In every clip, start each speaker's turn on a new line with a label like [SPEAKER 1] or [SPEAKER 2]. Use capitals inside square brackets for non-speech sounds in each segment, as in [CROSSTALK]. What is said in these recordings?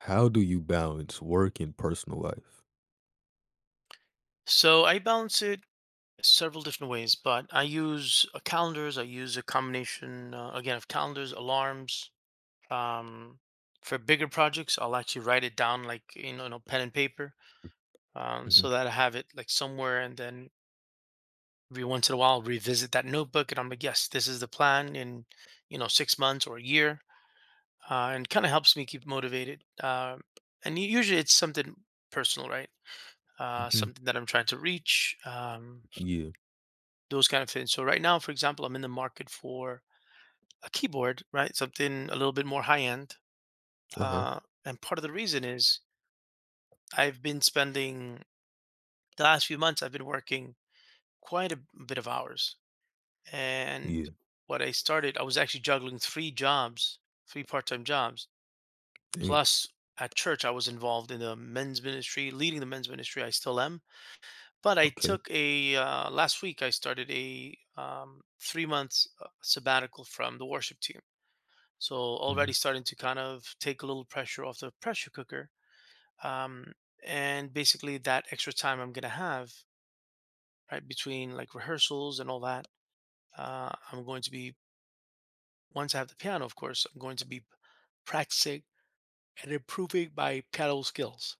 [SPEAKER 1] How do you balance work and personal life?
[SPEAKER 2] So I balance it several different ways, but I use calendars. I use a combination again of calendars, alarms. Um, for bigger projects, I'll actually write it down like in a pen and paper,
[SPEAKER 1] Mhm,
[SPEAKER 2] so that I have it like somewhere, and then every once in a while I'll revisit that notebook, and I'm like, yes, this is the plan in 6 months or a year, and kind of helps me keep motivated. And usually it's something personal, right?
[SPEAKER 1] mhm.
[SPEAKER 2] Something that I'm trying to reach.
[SPEAKER 1] Yeah.
[SPEAKER 2] Those kind of things. So right now, for example, I'm in the market for a keyboard, right? Something a little bit more high end.
[SPEAKER 1] Uh-huh.
[SPEAKER 2] And part of the reason is I've been spending the last few months, I've been working quite a bit of hours. And
[SPEAKER 1] Yeah.
[SPEAKER 2] what I started, I was actually juggling three jobs, three-part time jobs.
[SPEAKER 1] Dang.
[SPEAKER 2] Plus, at church, I was involved in the men's ministry, leading the men's ministry. I still am. But I
[SPEAKER 1] Okay.
[SPEAKER 2] took a, last week, I started a 3 month sabbatical from the worship team. So already
[SPEAKER 1] Mhm.
[SPEAKER 2] starting to kind of take a little pressure off the pressure cooker. Um, and basically that extra time I'm gonna have right between like rehearsals and all that, I'm going to be once I have the piano, of course, I'm going to be practicing and improving my piano skills.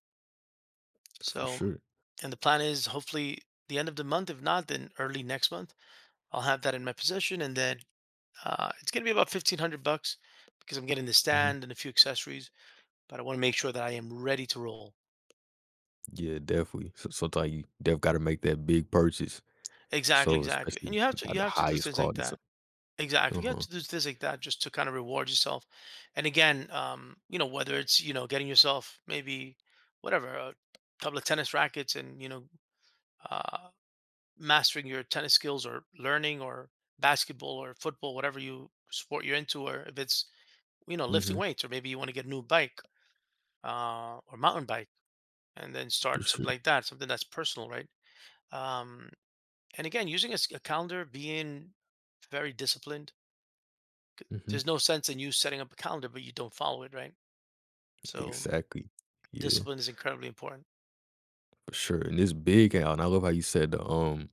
[SPEAKER 1] For
[SPEAKER 2] So,
[SPEAKER 1] sure.
[SPEAKER 2] and the plan is hopefully the end of the month. If not, then early next month, I'll have that in my possession, and then it's gonna be about $1500 because I'm getting the
[SPEAKER 1] Mhm.
[SPEAKER 2] stand and a few accessories. But I want to make sure that I am ready to roll.
[SPEAKER 1] Yeah, definitely. So sometimes you def gotta make that big purchase.
[SPEAKER 2] Exactly,
[SPEAKER 1] So
[SPEAKER 2] exactly. And
[SPEAKER 1] especially had
[SPEAKER 2] you
[SPEAKER 1] the
[SPEAKER 2] have to do
[SPEAKER 1] highest
[SPEAKER 2] things like
[SPEAKER 1] quality. So
[SPEAKER 2] that. Exactly. You have
[SPEAKER 1] uh-huh.
[SPEAKER 2] to do things like that just to kind of reward yourself. And again, whether it's, getting yourself maybe whatever, a couple of tennis rackets and, uh mastering your tennis skills or learning or basketball or football, whatever you sport you're into, or if it's, lifting
[SPEAKER 1] Mhm.
[SPEAKER 2] weights, or maybe you want to get a new bike, or mountain bike and then
[SPEAKER 1] For
[SPEAKER 2] start something
[SPEAKER 1] sure.
[SPEAKER 2] like that, something that's personal, right? Um And again, using a calendar, being very disciplined.
[SPEAKER 1] Mhm.
[SPEAKER 2] There's no sense in you setting up a calendar, but you don't follow it, right? So
[SPEAKER 1] Exactly. Yeah,
[SPEAKER 2] discipline is incredibly important.
[SPEAKER 1] for sure. And it's big out. And I love how you said the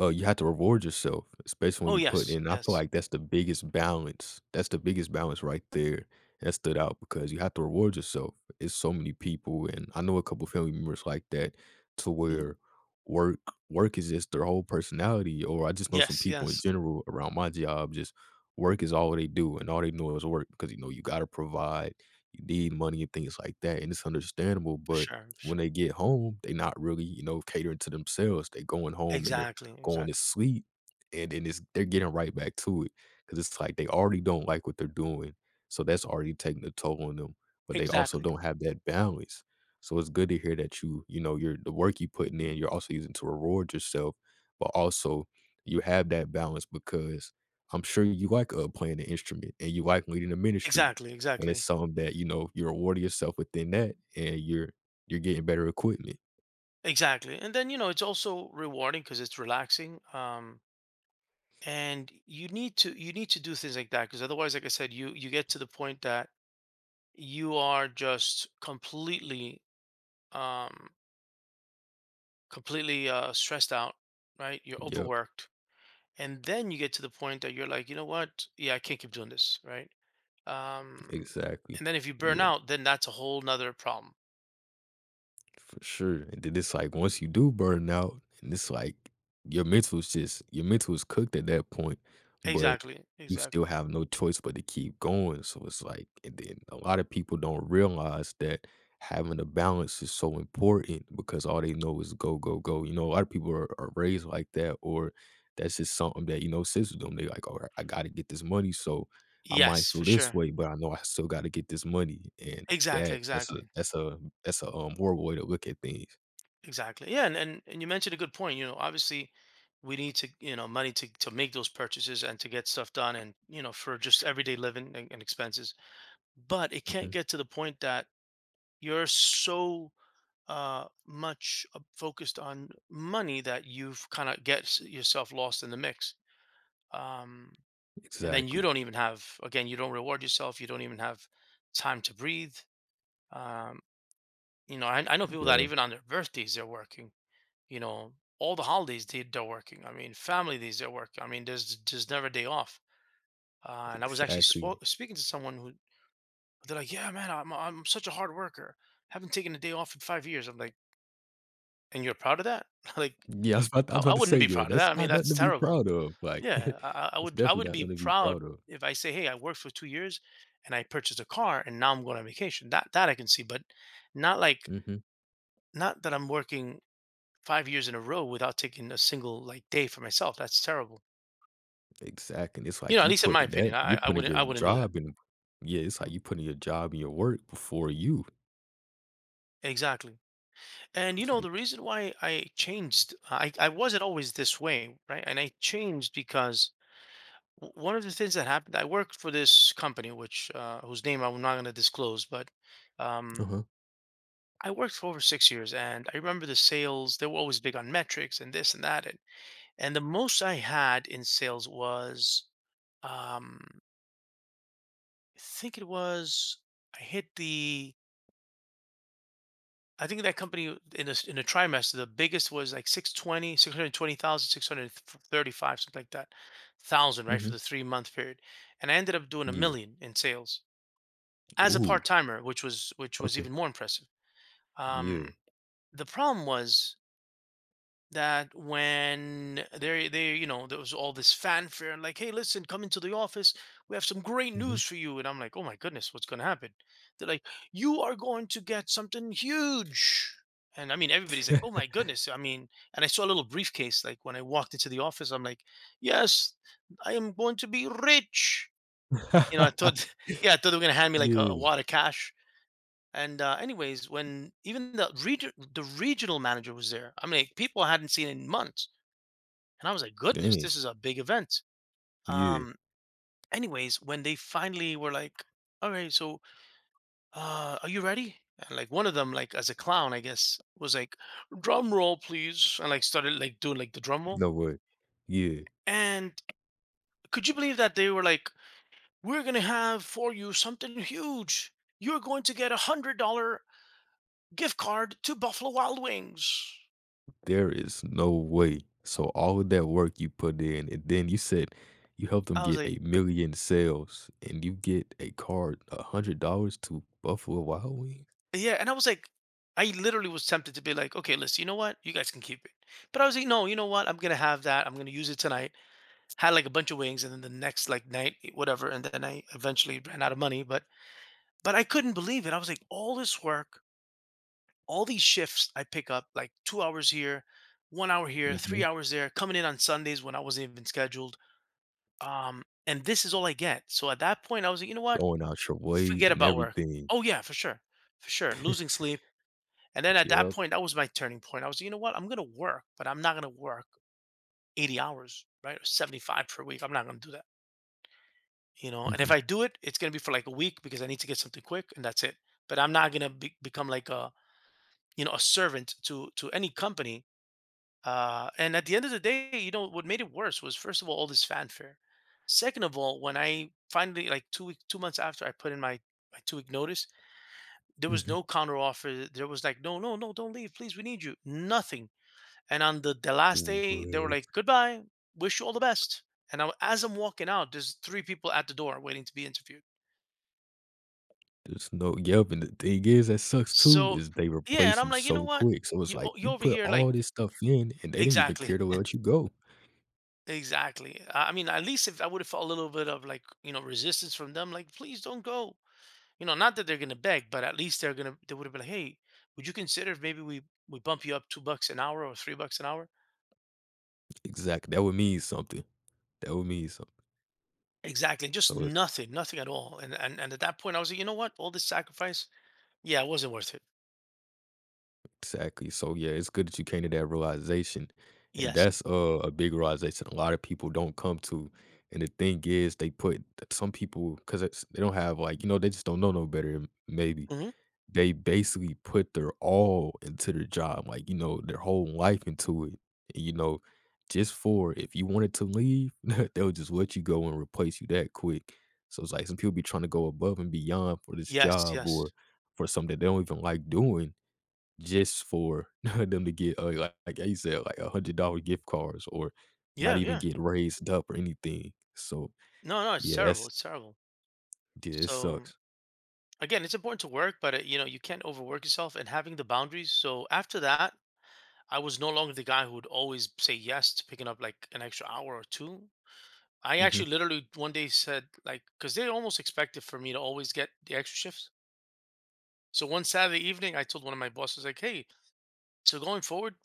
[SPEAKER 1] You have to reward yourself, especially when
[SPEAKER 2] Oh
[SPEAKER 1] you put
[SPEAKER 2] yes,
[SPEAKER 1] in. I feel
[SPEAKER 2] yes,
[SPEAKER 1] like that's the biggest balance. That's the biggest balance right there that stood out because you have to reward yourself. It's so many people, and I know a couple family members like that to
[SPEAKER 2] hmm,
[SPEAKER 1] where work work is just their whole personality. Or I just know some
[SPEAKER 2] yes,
[SPEAKER 1] people in
[SPEAKER 2] yes,
[SPEAKER 1] general around my job, just work is all they do, and all they know is work because you know you got to provide, you need money and things like that, and it's understandable.
[SPEAKER 2] for
[SPEAKER 1] But
[SPEAKER 2] sure, for
[SPEAKER 1] when
[SPEAKER 2] sure.
[SPEAKER 1] they get home, they not really, you know, catering to themselves. They going home and they're
[SPEAKER 2] Exactly,
[SPEAKER 1] going to
[SPEAKER 2] exactly,
[SPEAKER 1] sleep, and then it's they're getting right back to it because it's like they already don't like what they're doing, so that's already taking a toll on them, but they also
[SPEAKER 2] exactly,
[SPEAKER 1] don't have that balance. So it's good to hear that you know, you're the work you putting in, you're also using to reward yourself, but also you have that balance because I'm sure you like, playing the instrument and you like leading the ministry,
[SPEAKER 2] exactly,
[SPEAKER 1] and it's
[SPEAKER 2] exactly,
[SPEAKER 1] something that, you know, you're rewarding yourself within that, and you're getting better equipment.
[SPEAKER 2] exactly. And then you know it's also rewarding because it's relaxing. And you need to do things like that because otherwise, like I said, you get to the point that you are just completely um completely stressed out, right? You're
[SPEAKER 1] Yep,
[SPEAKER 2] overworked, and then you get to the point that you're like, you know what? Yeah, I can't keep doing this, right? Um,
[SPEAKER 1] exactly.
[SPEAKER 2] and then if you burn
[SPEAKER 1] Yeah.
[SPEAKER 2] out, then that's a whole nother problem.
[SPEAKER 1] For sure. And then it's like once you do burn out, and it's like your mental's just your mental is cooked at that point, but
[SPEAKER 2] Exactly,
[SPEAKER 1] you still
[SPEAKER 2] exactly.
[SPEAKER 1] have no choice but to keep going. So it's like, and then a lot of people don't realize that having a balance is so important because all they know is go, go, go. You know, a lot of people are raised like that, or that's just something that, you know, sits with them. They like, all right, I gotta get this money. So I might
[SPEAKER 2] Yes, for
[SPEAKER 1] feel this
[SPEAKER 2] sure.
[SPEAKER 1] way, but I know I still gotta get this money, and
[SPEAKER 2] Exactly, exactly,
[SPEAKER 1] that's a, horrible way to look at things.
[SPEAKER 2] exactly. Yeah, and you mentioned a good point. You know, obviously, we need to you know money to make those purchases and to get stuff done, and you know for just everyday living and expenses. But it can't
[SPEAKER 1] Mhm.
[SPEAKER 2] get to the point that you're so much focused on money that you've kind of gets yourself lost in the mix. Um, and then you
[SPEAKER 1] Exactly.
[SPEAKER 2] don't even have, again, you don't reward yourself. You don't even have time to breathe. Um, you know, I know people that
[SPEAKER 1] Yeah,
[SPEAKER 2] even on their birthdays, they're working, you know, all the holidays they're working. I mean, family days, they're working. I mean, there's just never a day off. And I was actually
[SPEAKER 1] exactly.
[SPEAKER 2] speaking to someone who, they're like, yeah, man, I'm such a hard worker. Haven't taken a day off in 5 years. I'm like, and you're proud of that? [LAUGHS] like,
[SPEAKER 1] Yeah, I was about I
[SPEAKER 2] I
[SPEAKER 1] was
[SPEAKER 2] I
[SPEAKER 1] about to say,
[SPEAKER 2] wouldn't be
[SPEAKER 1] yeah,
[SPEAKER 2] proud of
[SPEAKER 1] that's
[SPEAKER 2] that. I mean,
[SPEAKER 1] not nothing
[SPEAKER 2] that's
[SPEAKER 1] to be
[SPEAKER 2] terrible.
[SPEAKER 1] proud of, like,
[SPEAKER 2] Yeah,
[SPEAKER 1] [LAUGHS] it's
[SPEAKER 2] I
[SPEAKER 1] definitely
[SPEAKER 2] would
[SPEAKER 1] not
[SPEAKER 2] be
[SPEAKER 1] nothing to be
[SPEAKER 2] proud
[SPEAKER 1] proud of.
[SPEAKER 2] if I say, "Hey, I worked for 2 years and I purchased a car and now I'm going on vacation." That I can see, but not like
[SPEAKER 1] Mhm.
[SPEAKER 2] not that I'm working 5 years in a row without taking a single, like, day for myself. That's terrible.
[SPEAKER 1] Exactly, and it's
[SPEAKER 2] You know,
[SPEAKER 1] like
[SPEAKER 2] at
[SPEAKER 1] you
[SPEAKER 2] least in my
[SPEAKER 1] putting that
[SPEAKER 2] opinion,
[SPEAKER 1] you putting your
[SPEAKER 2] I wouldn't do that.
[SPEAKER 1] job in yeah, it's like
[SPEAKER 2] Mhm.
[SPEAKER 1] you putting your job and your work before you.
[SPEAKER 2] Exactly. And, you
[SPEAKER 1] It's
[SPEAKER 2] know,
[SPEAKER 1] like
[SPEAKER 2] the reason why I changed I wasn't always this way, right? And I changed because one of the things that happened, I worked for this company which whose name I'm not going to disclose but um,
[SPEAKER 1] uh-huh.
[SPEAKER 2] I worked for over 6 years and I remember the sales they were always big on metrics and this and that, and the most I had in sales was um, I think it was I hit the I think that company in a trimester the biggest was like 620, 620,000, six hundred thirty-five, something like that thousand right
[SPEAKER 1] Mhm.
[SPEAKER 2] for the 3 month period, and I ended up doing a
[SPEAKER 1] Yeah.
[SPEAKER 2] million in sales as a
[SPEAKER 1] Ooh,
[SPEAKER 2] part timer, which was
[SPEAKER 1] okay.
[SPEAKER 2] even more impressive.
[SPEAKER 1] Yeah.
[SPEAKER 2] Um, the problem was that when they you know there was all this fanfare and like, hey, listen, come into the office. We have some great
[SPEAKER 1] Mhm.
[SPEAKER 2] news for you. And I'm like, oh my goodness, what's going to happen? They're like, you are going to get something huge. And I mean, everybody's like, oh my
[SPEAKER 1] [LAUGHS]
[SPEAKER 2] goodness. I mean, and I saw a little briefcase like when I walked into the office. I'm like, yes, I am going to be rich. You know, I thought,
[SPEAKER 1] [LAUGHS]
[SPEAKER 2] [LAUGHS] yeah, I thought they were going to hand me like a
[SPEAKER 1] Yeah.
[SPEAKER 2] wad of cash and anyways, when even the regional manager was there. I mean, people I hadn't seen in months, and I was like, "Goodness,
[SPEAKER 1] Dang.
[SPEAKER 2] this is a big event."
[SPEAKER 1] Yeah,
[SPEAKER 2] Um. Anyways, when they finally were like, "All right, so are you ready?" And like one of them, like as a clown, I guess, was like, "Drum roll, please," and like started like doing like the drum roll.
[SPEAKER 1] no way. Yeah,
[SPEAKER 2] And could you believe that they were like, "We're gonna have for you something huge. You're going to get a $100 gift card to Buffalo Wild Wings."
[SPEAKER 1] there is no way. So all of that work you put in, and then you said you helped them
[SPEAKER 2] I was
[SPEAKER 1] get
[SPEAKER 2] like,
[SPEAKER 1] a million sales, and you get a card, $100 to Buffalo Wild Wings.
[SPEAKER 2] yeah, and I was like, I literally was tempted to be like, okay, listen, you know what? You guys can keep it. But I was like, no, you know what? I'm gonna have that. I'm gonna use it tonight. Had like a bunch of wings, and then the next like night, eh, whatever. And then I eventually ran out of money. But I couldn't believe it. I was like, all this work, all these shifts I pick up, like 2 hours here, 1 hour here, three
[SPEAKER 1] Hmm.
[SPEAKER 2] hours there, coming in on Sundays when I wasn't even scheduled. And this is all I get. So at that point, I was like, you know what?
[SPEAKER 1] Going out your way
[SPEAKER 2] Forget
[SPEAKER 1] and
[SPEAKER 2] about work.
[SPEAKER 1] everything.
[SPEAKER 2] Oh yeah, for sure, for sure. Losing sleep. And then at that
[SPEAKER 1] Yep.
[SPEAKER 2] point, that was my turning point. I was, like, you know what? I'm going to work, but I'm not going to work 80 hours, right? Or 75 per week. I'm not going to do that, you know? And if
[SPEAKER 1] Hmm.
[SPEAKER 2] I do it, it's going to be for like a week because I need to get something quick and that's it. But I'm not going to become like a, you know, a servant to any company. And at the end of the day, you know, what made it worse was first of all this fanfare. Second of all, when I finally, like 2 months after I put in my 2 week notice, there was
[SPEAKER 1] Hmm.
[SPEAKER 2] no counter offer. There was like, no, no, no, don't leave. Please. We need you. Nothing. And on the last day, they were
[SPEAKER 1] What?
[SPEAKER 2] like, "Goodbye. Wish you all the best." And I, as I'm walking out, there's three people at the door waiting to be interviewed.
[SPEAKER 1] There's no. Yep. And the thing is, that sucks too.
[SPEAKER 2] So
[SPEAKER 1] Is they
[SPEAKER 2] yeah, and
[SPEAKER 1] replace
[SPEAKER 2] I'm
[SPEAKER 1] you
[SPEAKER 2] like, you know
[SPEAKER 1] so
[SPEAKER 2] what?
[SPEAKER 1] quick. So it's
[SPEAKER 2] You
[SPEAKER 1] like
[SPEAKER 2] o- you
[SPEAKER 1] you
[SPEAKER 2] over
[SPEAKER 1] put
[SPEAKER 2] here like
[SPEAKER 1] all this stuff in, and they didn't even
[SPEAKER 2] exactly,
[SPEAKER 1] care to let you go.
[SPEAKER 2] exactly. I mean, at least if I would have felt a little bit of like you know resistance from them, like please don't go. You know, not that they're gonna beg, but at least they would have been like, hey, would you consider if maybe we bump you up $2 an hour or $3 an hour?
[SPEAKER 1] Exactly. That would mean something. That would mean something.
[SPEAKER 2] Exactly, just
[SPEAKER 1] So it's
[SPEAKER 2] nothing, nothing at all. And at that point, I was like, you know what? All this sacrifice. Yeah, it wasn't worth it.
[SPEAKER 1] exactly. So yeah, it's good that you came to that realization. And
[SPEAKER 2] Yes.
[SPEAKER 1] that's a big realization a lot of people don't come to. And the thing is, they put some people because they don't have like you know they just don't know no better. Maybe
[SPEAKER 2] Mhm.
[SPEAKER 1] they basically put their all into their job, like you know their whole life into it. And, you know, just for if you wanted to leave, [LAUGHS] they'll just let you go and replace you that quick. So it's like some people be trying to go above and beyond for this
[SPEAKER 2] Yes,
[SPEAKER 1] job
[SPEAKER 2] yes.
[SPEAKER 1] or for something they don't even like doing just for [LAUGHS] them to get, like you said, like $100 gift cards or not
[SPEAKER 2] Yeah,
[SPEAKER 1] even
[SPEAKER 2] yeah.
[SPEAKER 1] get raised up or anything. So,
[SPEAKER 2] No, no, it's
[SPEAKER 1] yeah,
[SPEAKER 2] terrible,
[SPEAKER 1] that's
[SPEAKER 2] it's terrible.
[SPEAKER 1] yeah, it
[SPEAKER 2] So,
[SPEAKER 1] sucks.
[SPEAKER 2] again, it's important to work, but, you know, you can't overwork yourself and having the boundaries. So, after that, I was no longer the guy who would always say yes to picking up, like, an extra hour or 2. I
[SPEAKER 1] Mhm,
[SPEAKER 2] actually literally one day said, like, because they almost expected for me to always get the extra shifts. So, one Saturday evening, I told one of my bosses, like, "Hey, so going forward,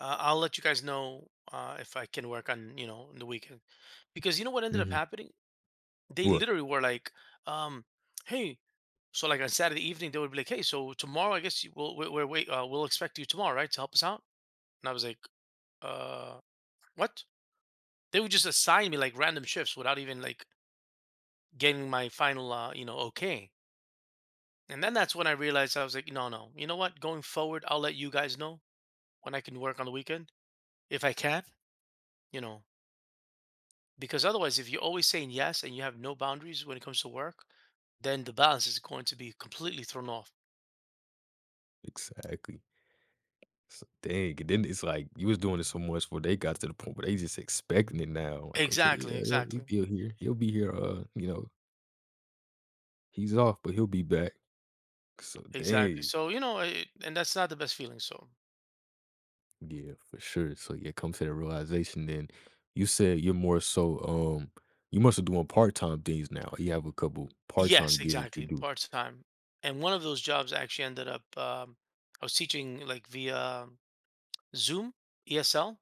[SPEAKER 2] I'll let you guys know, if I can work, on you know, on the weekend, because you know what ended up
[SPEAKER 1] mhm.
[SPEAKER 2] happening?" They
[SPEAKER 1] Well,
[SPEAKER 2] literally were like, um, "Hey," so like on Saturday evening they would be like, "Hey, so tomorrow I guess you will we'll expect you tomorrow, right, to help us out?" And I was like, "Uh, what?" They would just assign me like random shifts without even like getting my final, you know, okay. And then that's when I realized I was like, "No, no, you know what? Going forward, I'll let you guys know when I can work on the weekend if I can, you know." Because otherwise, if you're always saying yes and you have no boundaries when it comes to work, then the balance is going to be completely thrown off.
[SPEAKER 1] exactly. So, dang, and then it's like you was doing it so much where they got to the point where they just expecting it now. Like, okay,
[SPEAKER 2] Exactly,
[SPEAKER 1] yeah, he'll
[SPEAKER 2] exactly,
[SPEAKER 1] be here. He'll be here, you know, he's off, but he'll be back. So,
[SPEAKER 2] exactly.
[SPEAKER 1] dang.
[SPEAKER 2] So, you know, it, and that's not the best feeling. So,
[SPEAKER 1] Yeah, for sure. So yeah, come to the realization then you said you're more so um you must have doing part-time things now. You have a couple part-time
[SPEAKER 2] yes,
[SPEAKER 1] gigs that you
[SPEAKER 2] exactly,
[SPEAKER 1] do.
[SPEAKER 2] part time. And one of those jobs actually ended up, I was teaching like via Zoom, ESL.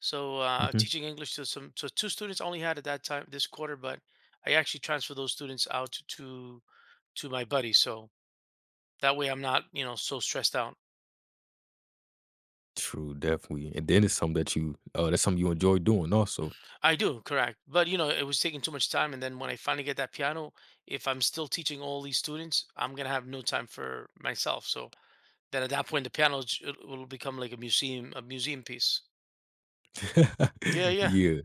[SPEAKER 2] So,
[SPEAKER 1] Hmm.
[SPEAKER 2] teaching English to some, so two students I only had at that time this quarter, but I actually transferred those students out to my buddy. So that way I'm not, you know, so stressed out.
[SPEAKER 1] True, definitely. And then it's something that you that's something you enjoy doing also.
[SPEAKER 2] I do, correct. But you know, it was taking too much time, and then when I finally get that piano, if I'm still teaching all these students, I'm gonna have no time for myself. So then, at that point, the it will become like a museum piece. Yeah,
[SPEAKER 1] [LAUGHS]
[SPEAKER 2] yeah.
[SPEAKER 1] Yeah.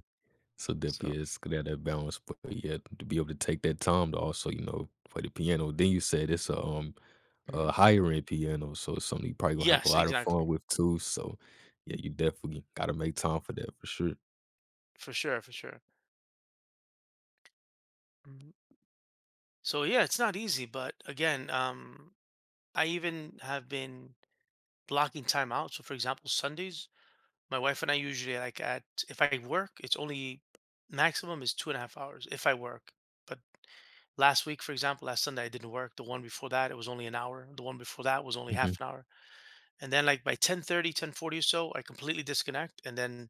[SPEAKER 1] So
[SPEAKER 2] So
[SPEAKER 1] definitely yeah, it's good to have that balance, but yeah, to be able to take that time to also, you know, play the piano. Then you said it's a
[SPEAKER 2] hmm
[SPEAKER 1] higher end piano, so it's something you probably gonna have a
[SPEAKER 2] yes,
[SPEAKER 1] lot of fun
[SPEAKER 2] exactly,
[SPEAKER 1] with too. So yeah, you definitely gotta make time for that for sure.
[SPEAKER 2] for sure, for sure. Mhm. So yeah, it's not easy, but again, I even have been blocking time out. So for example, Sundays, my wife and I usually like at if I work, it's only maximum is 2.5 hours if I work. But last week, for example, last Sunday I didn't work. The one before that, it was only an hour. The one before that was only
[SPEAKER 1] Hmm.
[SPEAKER 2] half an hour. And then like by 10:30, 10:40 or so, I completely disconnect and then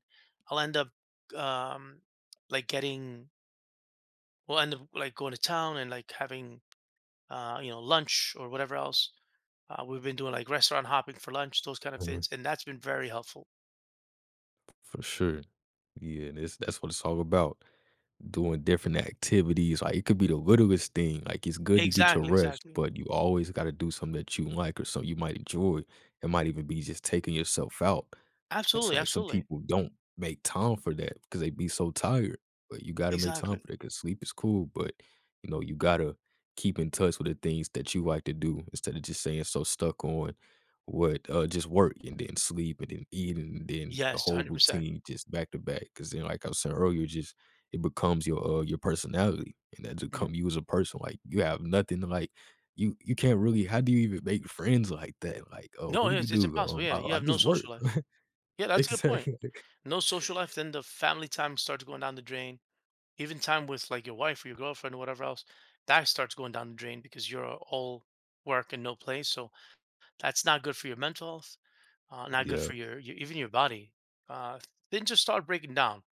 [SPEAKER 2] I'll end up um like getting we'll end up like going to town and like having, you know, lunch or whatever else. We've been doing like restaurant hopping for lunch, those kind of things, and that's been very helpful.
[SPEAKER 1] For sure. Yeah, and it's that's what it's all about, doing different activities, like, it could be the littlest thing, like, it's good to get your
[SPEAKER 2] Exactly,
[SPEAKER 1] rest,
[SPEAKER 2] exactly.
[SPEAKER 1] but you always gotta do something that you like or something you might enjoy. It might even be just taking yourself out. It's
[SPEAKER 2] Absolutely,
[SPEAKER 1] like some
[SPEAKER 2] absolutely.
[SPEAKER 1] people don't make time for that because they be so tired, but you gotta make time
[SPEAKER 2] Exactly.
[SPEAKER 1] for that because sleep is cool, but, you know, you gotta keep in touch with the things that you like to do instead of just saying so stuck on what just work and then sleep and then eat and then the
[SPEAKER 2] Yes,
[SPEAKER 1] whole
[SPEAKER 2] 100%, percent.
[SPEAKER 1] routine just back to back. Because then, like I was saying earlier, just it becomes your personality, and that become
[SPEAKER 2] hmm
[SPEAKER 1] you as a person, like, you have nothing to, like you can't really how do you even make friends like that? Like, "Oh,
[SPEAKER 2] No,
[SPEAKER 1] what do you
[SPEAKER 2] it's
[SPEAKER 1] do?"
[SPEAKER 2] impossible.
[SPEAKER 1] "
[SPEAKER 2] Yeah, you
[SPEAKER 1] I
[SPEAKER 2] have no
[SPEAKER 1] just work."
[SPEAKER 2] social life. Yeah, that's a good point.
[SPEAKER 1] Exactly.
[SPEAKER 2] No social life, then the family time starts going down the drain. Even time with like your wife or your girlfriend or whatever else, that starts going down the drain because you're all work and no play. So that's not good for your mental health, not good
[SPEAKER 1] Yeah,
[SPEAKER 2] for your even your body. Uh, then just start breaking down,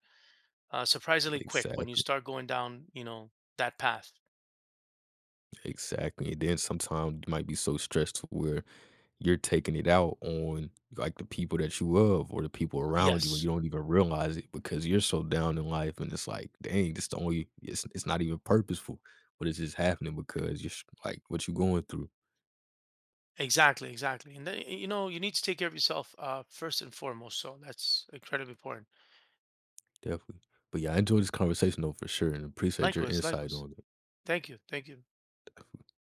[SPEAKER 2] surprisingly quick when you
[SPEAKER 1] exactly,
[SPEAKER 2] start going down, you know, that path.
[SPEAKER 1] exactly, and then sometimes you might be so stressed to where you're taking it out on, like, the people that you love or the people around you, and
[SPEAKER 2] Yes,
[SPEAKER 1] you don't even realize it because you're so down in life, and it's like, "Dang, this the only it's not even purposeful, but it's just happening because you're s like, what you are going through."
[SPEAKER 2] exactly, exactly. And then, you know, you need to take care of yourself, first and foremost. So that's incredibly important.
[SPEAKER 1] Definitely. But, yeah, I enjoyed this conversation, though, for sure, and appreciate your
[SPEAKER 2] Likewise,
[SPEAKER 1] insight
[SPEAKER 2] likewise.
[SPEAKER 1] on it.
[SPEAKER 2] Thank you, thank you.